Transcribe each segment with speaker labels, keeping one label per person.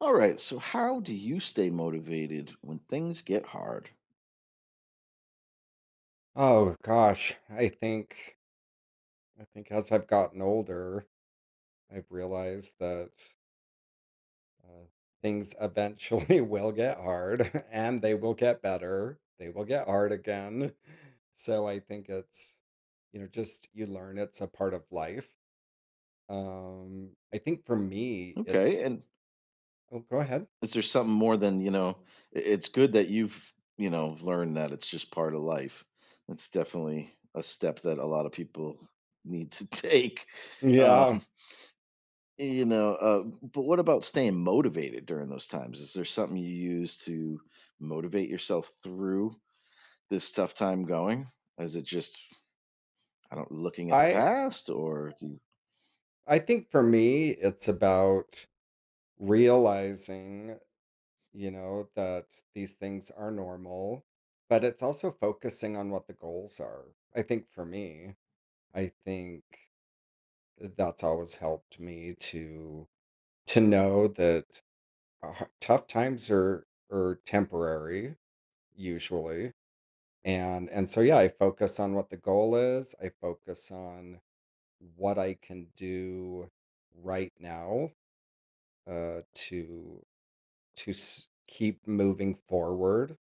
Speaker 1: All right. So, how do you stay motivated when things get hard?
Speaker 2: Oh gosh, I think as I've gotten older, I've realized that uh, things eventually will get hard, and they will get better. They will get hard again. So I think it's just you learn it's a part of life. I think for me, it's
Speaker 1: Okay. And
Speaker 2: oh go ahead.
Speaker 1: is there something more than, it's good that you've, learned that it's just part of life. That's definitely a step that a lot of people need to take.
Speaker 2: Yeah,
Speaker 1: Um, but what about staying motivated during those times? Is there something you use to motivate yourself through this tough time going? Is it just, I don't, looking at the
Speaker 2: I
Speaker 1: past or do you,
Speaker 2: I think for me, it's about realizing you know, that these things are normal, but it's also focusing on what the goals are. I think for me, I think that's always helped me to know that tough times are temporary usually. And so yeah, I focus on what the goal is. I focus on what I can do right now, to to keep moving forward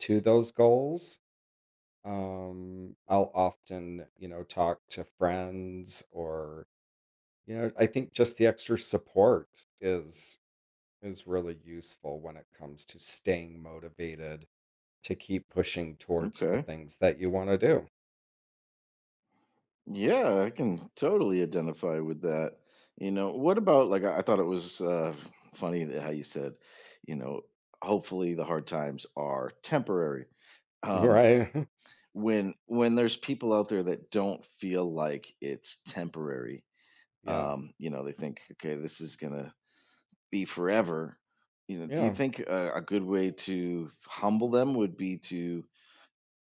Speaker 2: to those goals. I'll often, you know, talk to friends or, you know, I think just the extra support is is really useful when it comes to staying motivated to keep pushing towards the
Speaker 1: okay.
Speaker 2: things that you want to do.
Speaker 1: Yeah, I can totally identify with that. You know, what about like I thought it was funny that how you said, you know, hopefully the hard times are temporary. Um,
Speaker 2: Right.
Speaker 1: when there's people out there that don't feel like it's temporary,
Speaker 2: Yeah.
Speaker 1: you know, they think, okay, this is gonna be forever. You know, do you
Speaker 2: Yeah.
Speaker 1: think a good way to humble them would be to,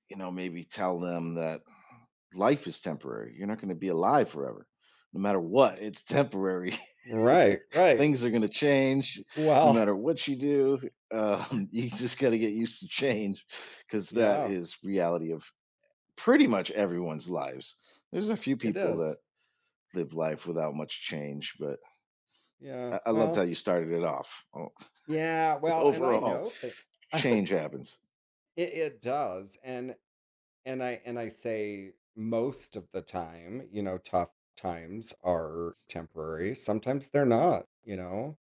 Speaker 1: you know, maybe tell them that life is temporary. You're not going to be alive forever. No matter what, it's temporary.
Speaker 2: Right. Right.
Speaker 1: Things are going to change no
Speaker 2: Well,
Speaker 1: matter what you do. You just got to get used to change because that
Speaker 2: yeah,
Speaker 1: is reality of pretty much everyone's lives. There's a few
Speaker 2: it
Speaker 1: people that
Speaker 2: is.
Speaker 1: live life without much change, but
Speaker 2: Yeah.
Speaker 1: I loved how
Speaker 2: Well,
Speaker 1: you started it off. Oh,
Speaker 2: yeah. Well, and I
Speaker 1: overall,
Speaker 2: know that it,
Speaker 1: change happens.
Speaker 2: it does. And and I say most of the time, you know, tough times are temporary. Sometimes they're not, you know.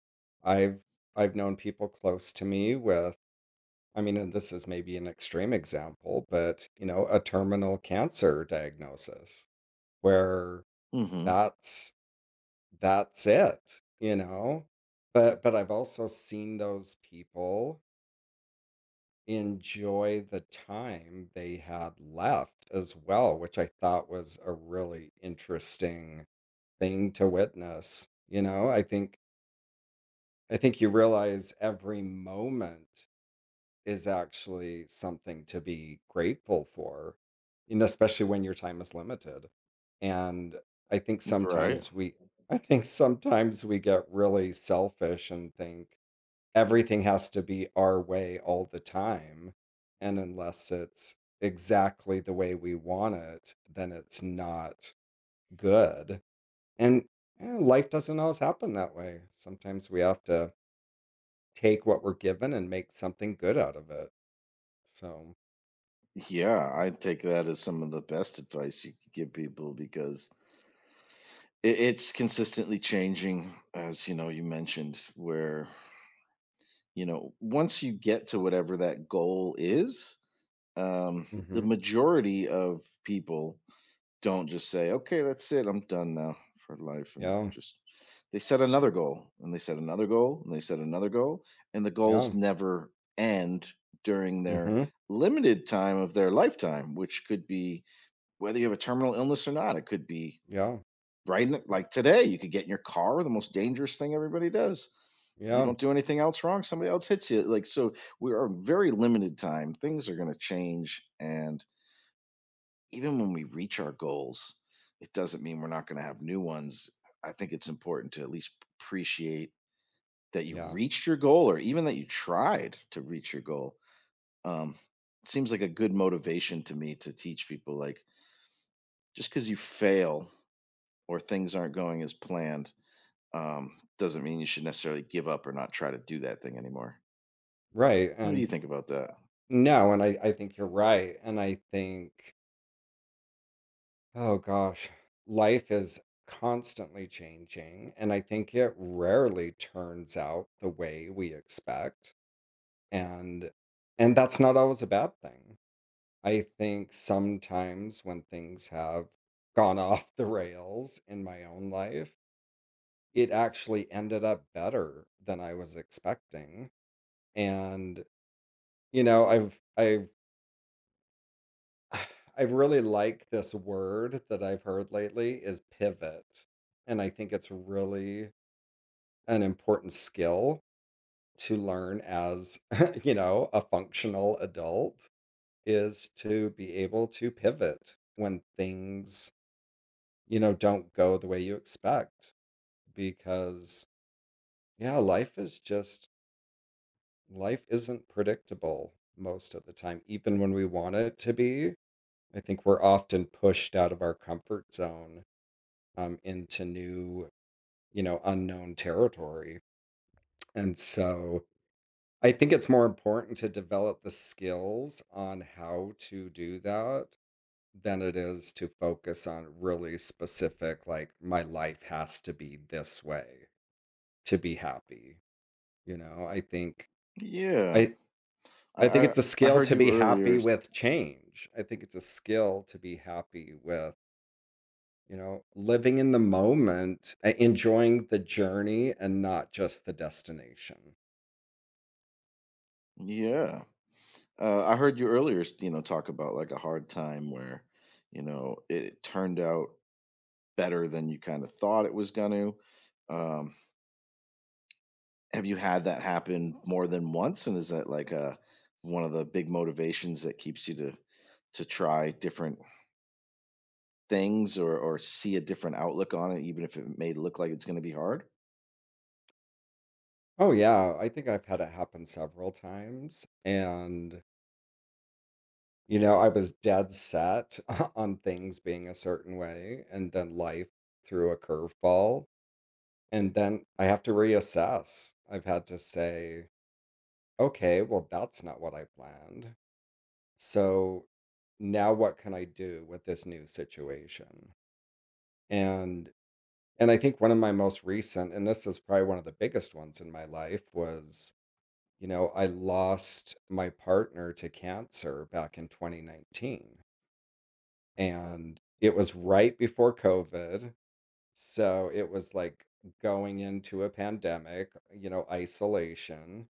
Speaker 2: I've I've known people close to me with I mean, and this is maybe an extreme example, but you know, a terminal cancer diagnosis where
Speaker 1: Hmm.
Speaker 2: that's that's it, you know. But I've also seen those people enjoy the time they had left as well, which I thought was a really interesting thing to witness. You know, I think you realize every moment is actually something to be grateful for, and especially when your time is limited. And I think
Speaker 1: Right.
Speaker 2: sometimes we I think sometimes we get really selfish and think, everything has to be our way all the time. And unless it's exactly the way we want it, then it's not good. And life doesn't always happen that way. Sometimes we have to take what we're given and make something good out of it. So,
Speaker 1: Yeah, I take that as some of the best advice you could give people because it's consistently changing, as, you know, you mentioned, where, you know, once you get to whatever that goal is, the
Speaker 2: mm-hmm.
Speaker 1: majority of people don't just say, "Okay, that's it, I'm done now for life," and
Speaker 2: Yeah,
Speaker 1: just they set another goal, and they set another goal, and they set another goal, and the goals
Speaker 2: yeah,
Speaker 1: never end during their
Speaker 2: mm-hmm.
Speaker 1: limited time of their lifetime, which could be whether you have a terminal illness or not, it could be
Speaker 2: Yeah,
Speaker 1: right, n like today, you could get in your car, the most dangerous thing everybody does. You
Speaker 2: yeah,
Speaker 1: don't do anything else wrong, somebody else hits you, like, so we are very limited time, things are gonna change, and even when we reach our goals, it doesn't mean we're not gonna have new ones. I think it's important to at least appreciate that you
Speaker 2: yeah,
Speaker 1: reached your goal or even that you tried to reach your goal. Um, it seems like a good motivation to me to teach people, like, just because you fail or things aren't going as planned doesn't mean you should necessarily give up or not try to do that thing anymore.
Speaker 2: right.
Speaker 1: What do you
Speaker 2: And
Speaker 1: think about that?
Speaker 2: no, and I think you're right. And I think Oh gosh, life is constantly changing, and I think it rarely turns out the way we expect. And that's not always a bad thing. I think sometimes when things have gone off the rails in my own life, it actually ended up better than I was expecting. And you know, I really like this word that I've heard lately is pivot. And I think it's really an important skill to learn as, you know, a functional adult is to be able to pivot when things, you know, don't go the way you expect because yeah, life is just life isn't predictable most of the time even when we want it to be. I think we're often pushed out of our comfort zone, into new, you know, unknown territory. And so I think it's more important to develop the skills on how to do that than it is to focus on really specific, like, my life has to be this way to be happy. You know, I think
Speaker 1: Yeah.
Speaker 2: I,
Speaker 1: I
Speaker 2: I think
Speaker 1: I,
Speaker 2: it's a
Speaker 1: I
Speaker 2: skill
Speaker 1: heard
Speaker 2: to
Speaker 1: you
Speaker 2: be
Speaker 1: earlier.
Speaker 2: happy with change. I think it's a skill to be happy with you know, living in the moment, e enjoying the journey and not just the destination.
Speaker 1: Yeah. I heard you earlier, you know, talk about like a hard time where, you know, it turned out better than you kind of thought it was going to. Um, have you had that happen more than once? And is that like a one of the big motivations that keeps you to try different things or see a different outlook on it, even if it may look like it's going to be hard?
Speaker 2: Oh, yeah, I think I've had it happen several times, and, you know, I was dead set on things being a certain way, and then life threw a curveball, and then I have to reassess. I've had to say, "Okay, well, that's not what I planned. So, now what can I do with this new situation?" And I think one of my most recent, and this is probably one of the biggest ones in my life, was, you know, I lost my partner to cancer back in 2019. And it was right before COVID. So it was like going into a pandemic, you know, isolation.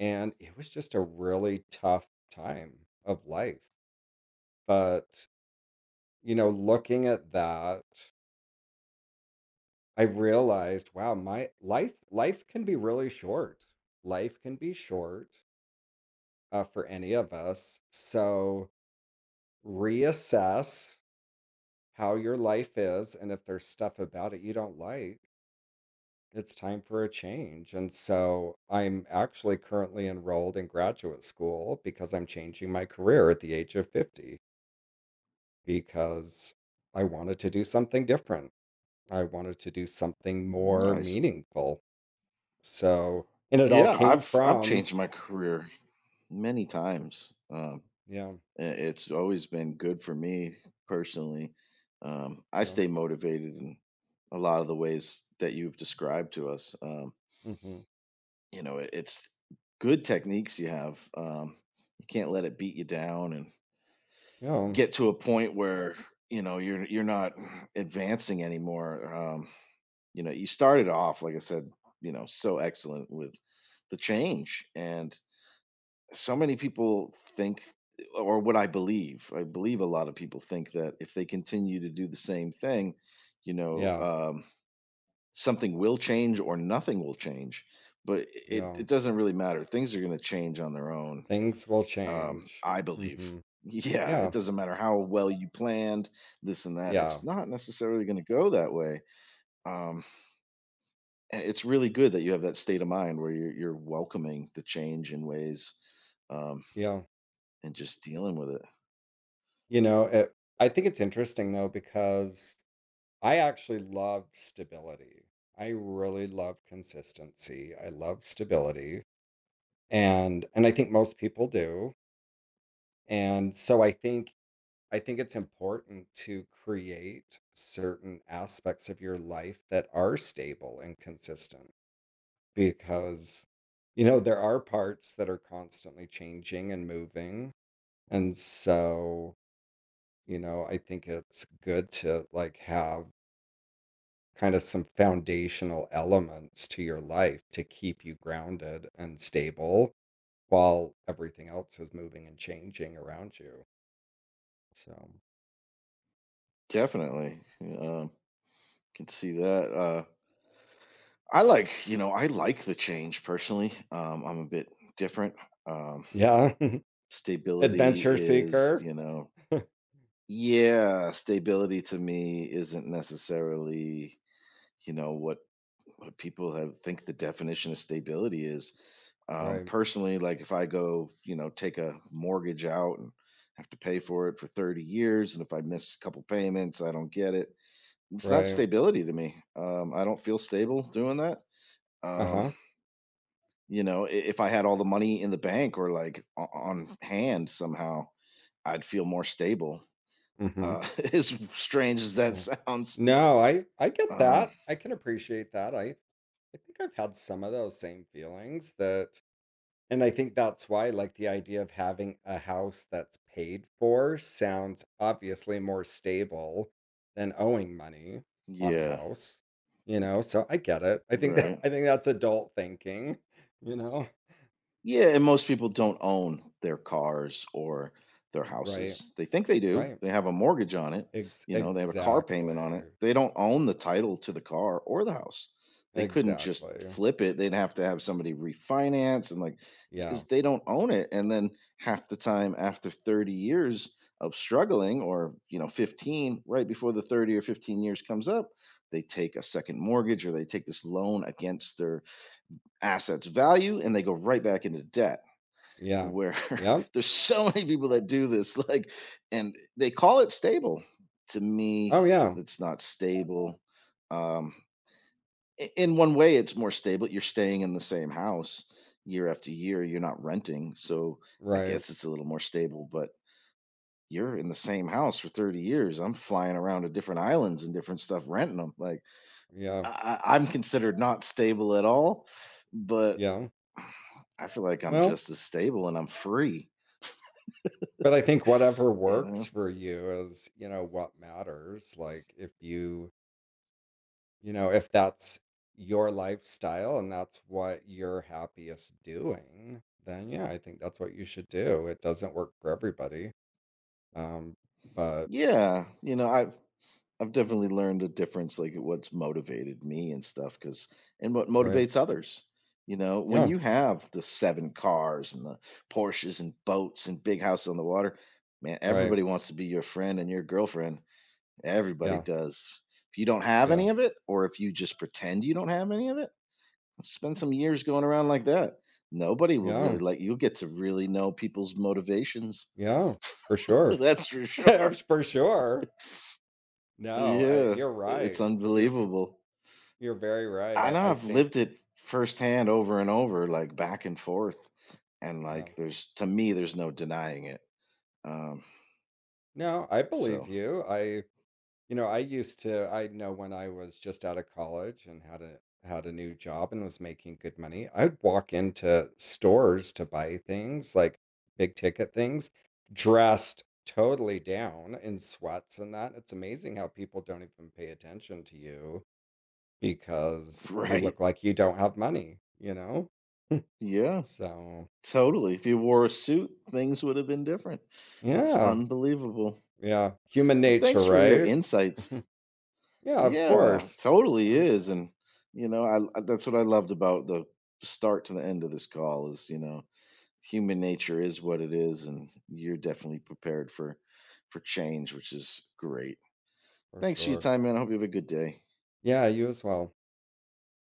Speaker 2: And it was just a really tough time of life. But, you know, looking at that, I realized, wow, my life life can be really short. Life can be short, for any of us. So reassess how your life is, and if there's stuff about it you don't like, it's time for a change. And so I'm actually currently enrolled in graduate school because I'm changing my career at the age of 50 because I wanted to do something different. I wanted to do something more
Speaker 1: Nice.
Speaker 2: meaningful. So and it all
Speaker 1: Yeah,
Speaker 2: came
Speaker 1: I've
Speaker 2: from
Speaker 1: changed my career many times.
Speaker 2: yeah,
Speaker 1: It's always been good for me personally. I
Speaker 2: yeah.
Speaker 1: stay motivated in a lot of the ways that you've described to us.
Speaker 2: Hmm.
Speaker 1: You know, it, it's good techniques you have. You can't let it beat you down and
Speaker 2: Yeah.
Speaker 1: get to a point where you know you're not advancing anymore. You know, you started off like I said, you know, so excellent with the change and so many people think or what I believe a lot of people think that if they continue to do the same thing, you know,
Speaker 2: Yeah.
Speaker 1: something will change or nothing will change. But
Speaker 2: Yeah.
Speaker 1: it doesn't really matter. Things are going to change on their own,
Speaker 2: Things will change.
Speaker 1: I believe.
Speaker 2: Hmm.
Speaker 1: Yeah, it
Speaker 2: Yeah.
Speaker 1: doesn't matter how well you planned this and that.
Speaker 2: Yeah.
Speaker 1: It's not necessarily going to go that way. Um, and it's really good that you have that state of mind where you're welcoming the change in ways um,
Speaker 2: Yeah.
Speaker 1: and just dealing with it.
Speaker 2: You know, I think it's interesting though because I actually love stability. I really love consistency. I love stability and I think most people do. And so I think it's important to create certain aspects of your life that are stable and consistent because, you know, there are parts that are constantly changing and moving. And so, you know, I think it's good to like have kind of some foundational elements to your life to keep you grounded and stable while everything else is moving and changing around you. So,
Speaker 1: Definitely, um, can see that, I like you know, I like the change personally, I'm a bit different, um,
Speaker 2: yeah,
Speaker 1: stability
Speaker 2: adventure
Speaker 1: is,
Speaker 2: seeker.
Speaker 1: you know yeah, stability to me isn't necessarily, you know, what people have think the definition of stability is,
Speaker 2: Right.
Speaker 1: personally, like, if I go, you know, take a mortgage out and have to pay for it for 30 years, and if I miss a couple payments, I don't get it, it's not
Speaker 2: Right.
Speaker 1: stability to me. I don't feel stable doing that. Um,
Speaker 2: Uh-huh.
Speaker 1: if I had all the money in the bank or on hand somehow, I'd feel more stable.
Speaker 2: Mhm.
Speaker 1: Uh, as strange as that
Speaker 2: Yeah.
Speaker 1: sounds.
Speaker 2: No, I get
Speaker 1: Um,
Speaker 2: that. I can appreciate that. I think I've had some of those same feelings that and I think that's why like the idea of having a house that's paid for sounds obviously more stable than owing money on a
Speaker 1: yeah,
Speaker 2: house, you know? So I get it. I think that
Speaker 1: right.
Speaker 2: I think that's adult thinking, you know?
Speaker 1: Yeah, and most people don't own their cars or their
Speaker 2: Right.
Speaker 1: houses. They think they do.
Speaker 2: Right.
Speaker 1: They have a mortgage on it,
Speaker 2: Ex-
Speaker 1: you know, they have a car payment on it.
Speaker 2: exactly.
Speaker 1: They don't own the title to the car or the house. They couldn't just
Speaker 2: Exactly.
Speaker 1: flip it. They'd have to have somebody refinance and like it's
Speaker 2: Yeah.
Speaker 1: cuz they don't own it. And then half the time after 30 years of struggling or, you know, 15, right before the 30 or 15 years comes up, they take a second mortgage or they take this loan against their assets value and they go right back into debt
Speaker 2: Yeah.
Speaker 1: where
Speaker 2: Yep.
Speaker 1: there's so many people that do this, like, and they call it stable. To
Speaker 2: Oh,
Speaker 1: me,
Speaker 2: yeah.
Speaker 1: it's not stable. Um, in one way, it's more stable. You're staying in the same house year after year. You're not renting, so I
Speaker 2: Right.
Speaker 1: guess it's a little more stable. But you're in the same house for 30 years. I'm flying around to different islands and different stuff, renting them. Like
Speaker 2: Yeah.
Speaker 1: I'm considered not stable at all, but
Speaker 2: Yeah.
Speaker 1: I feel like I'm
Speaker 2: Well,
Speaker 1: just as stable and I'm free.
Speaker 2: but I think whatever
Speaker 1: You
Speaker 2: works
Speaker 1: know?
Speaker 2: for you is, you know, what matters. Like if you, you know, if that's your lifestyle and that's what you're happiest doing, then yeah, I think that's what you should do. It doesn't work for everybody. Um, but
Speaker 1: Yeah, you know, I've definitely learned a difference, like what's motivated me and stuff, because and what
Speaker 2: right.
Speaker 1: motivates others. You know, when
Speaker 2: Yeah.
Speaker 1: you have the 7 cars and the Porsches and boats and big house on the water, man,
Speaker 2: Right.
Speaker 1: everybody wants to be your friend and your girlfriend. Everybody
Speaker 2: Yeah.
Speaker 1: does. If you don't have
Speaker 2: Yeah.
Speaker 1: any of it, or if you just pretend you don't have any of it, spend some years going around like that. Nobody will really
Speaker 2: Yeah.
Speaker 1: like you'll get to really know people's motivations.
Speaker 2: Yeah. For sure.
Speaker 1: That's for sure.
Speaker 2: For sure. No,
Speaker 1: Yeah,
Speaker 2: you're
Speaker 1: it's
Speaker 2: right. You're
Speaker 1: unbelievable.
Speaker 2: You're very right.
Speaker 1: I know
Speaker 2: I
Speaker 1: I've
Speaker 2: think,
Speaker 1: lived it firsthand over and over, like back and forth. And
Speaker 2: yeah.
Speaker 1: like there's to me, there's no denying it. Um,
Speaker 2: No, I
Speaker 1: so
Speaker 2: believe you. You know, I used to, I know when I was just out of college and had a new job and was making good money, I'd walk into stores to buy things like big ticket things, dressed totally down in sweats and that. It's amazing how people don't even pay attention to you because you
Speaker 1: right.
Speaker 2: look like you don't have money, you know?
Speaker 1: Yeah,
Speaker 2: So,
Speaker 1: totally. If you wore a suit, things would have been different. It's
Speaker 2: yeah,
Speaker 1: unbelievable.
Speaker 2: yeah, human
Speaker 1: Well,
Speaker 2: nature,
Speaker 1: thanks for your
Speaker 2: right?
Speaker 1: insights.
Speaker 2: Yeah, of
Speaker 1: Yeah,
Speaker 2: course.
Speaker 1: totally
Speaker 2: Mm.
Speaker 1: is. And you know, that's what I loved about the start to the end of this call is, you know, human nature is what it is, and you're definitely prepared for change, which is great.
Speaker 2: For
Speaker 1: Thanks for your
Speaker 2: sure.
Speaker 1: time, man. I hope you have a good day.
Speaker 2: Yeah, you as well.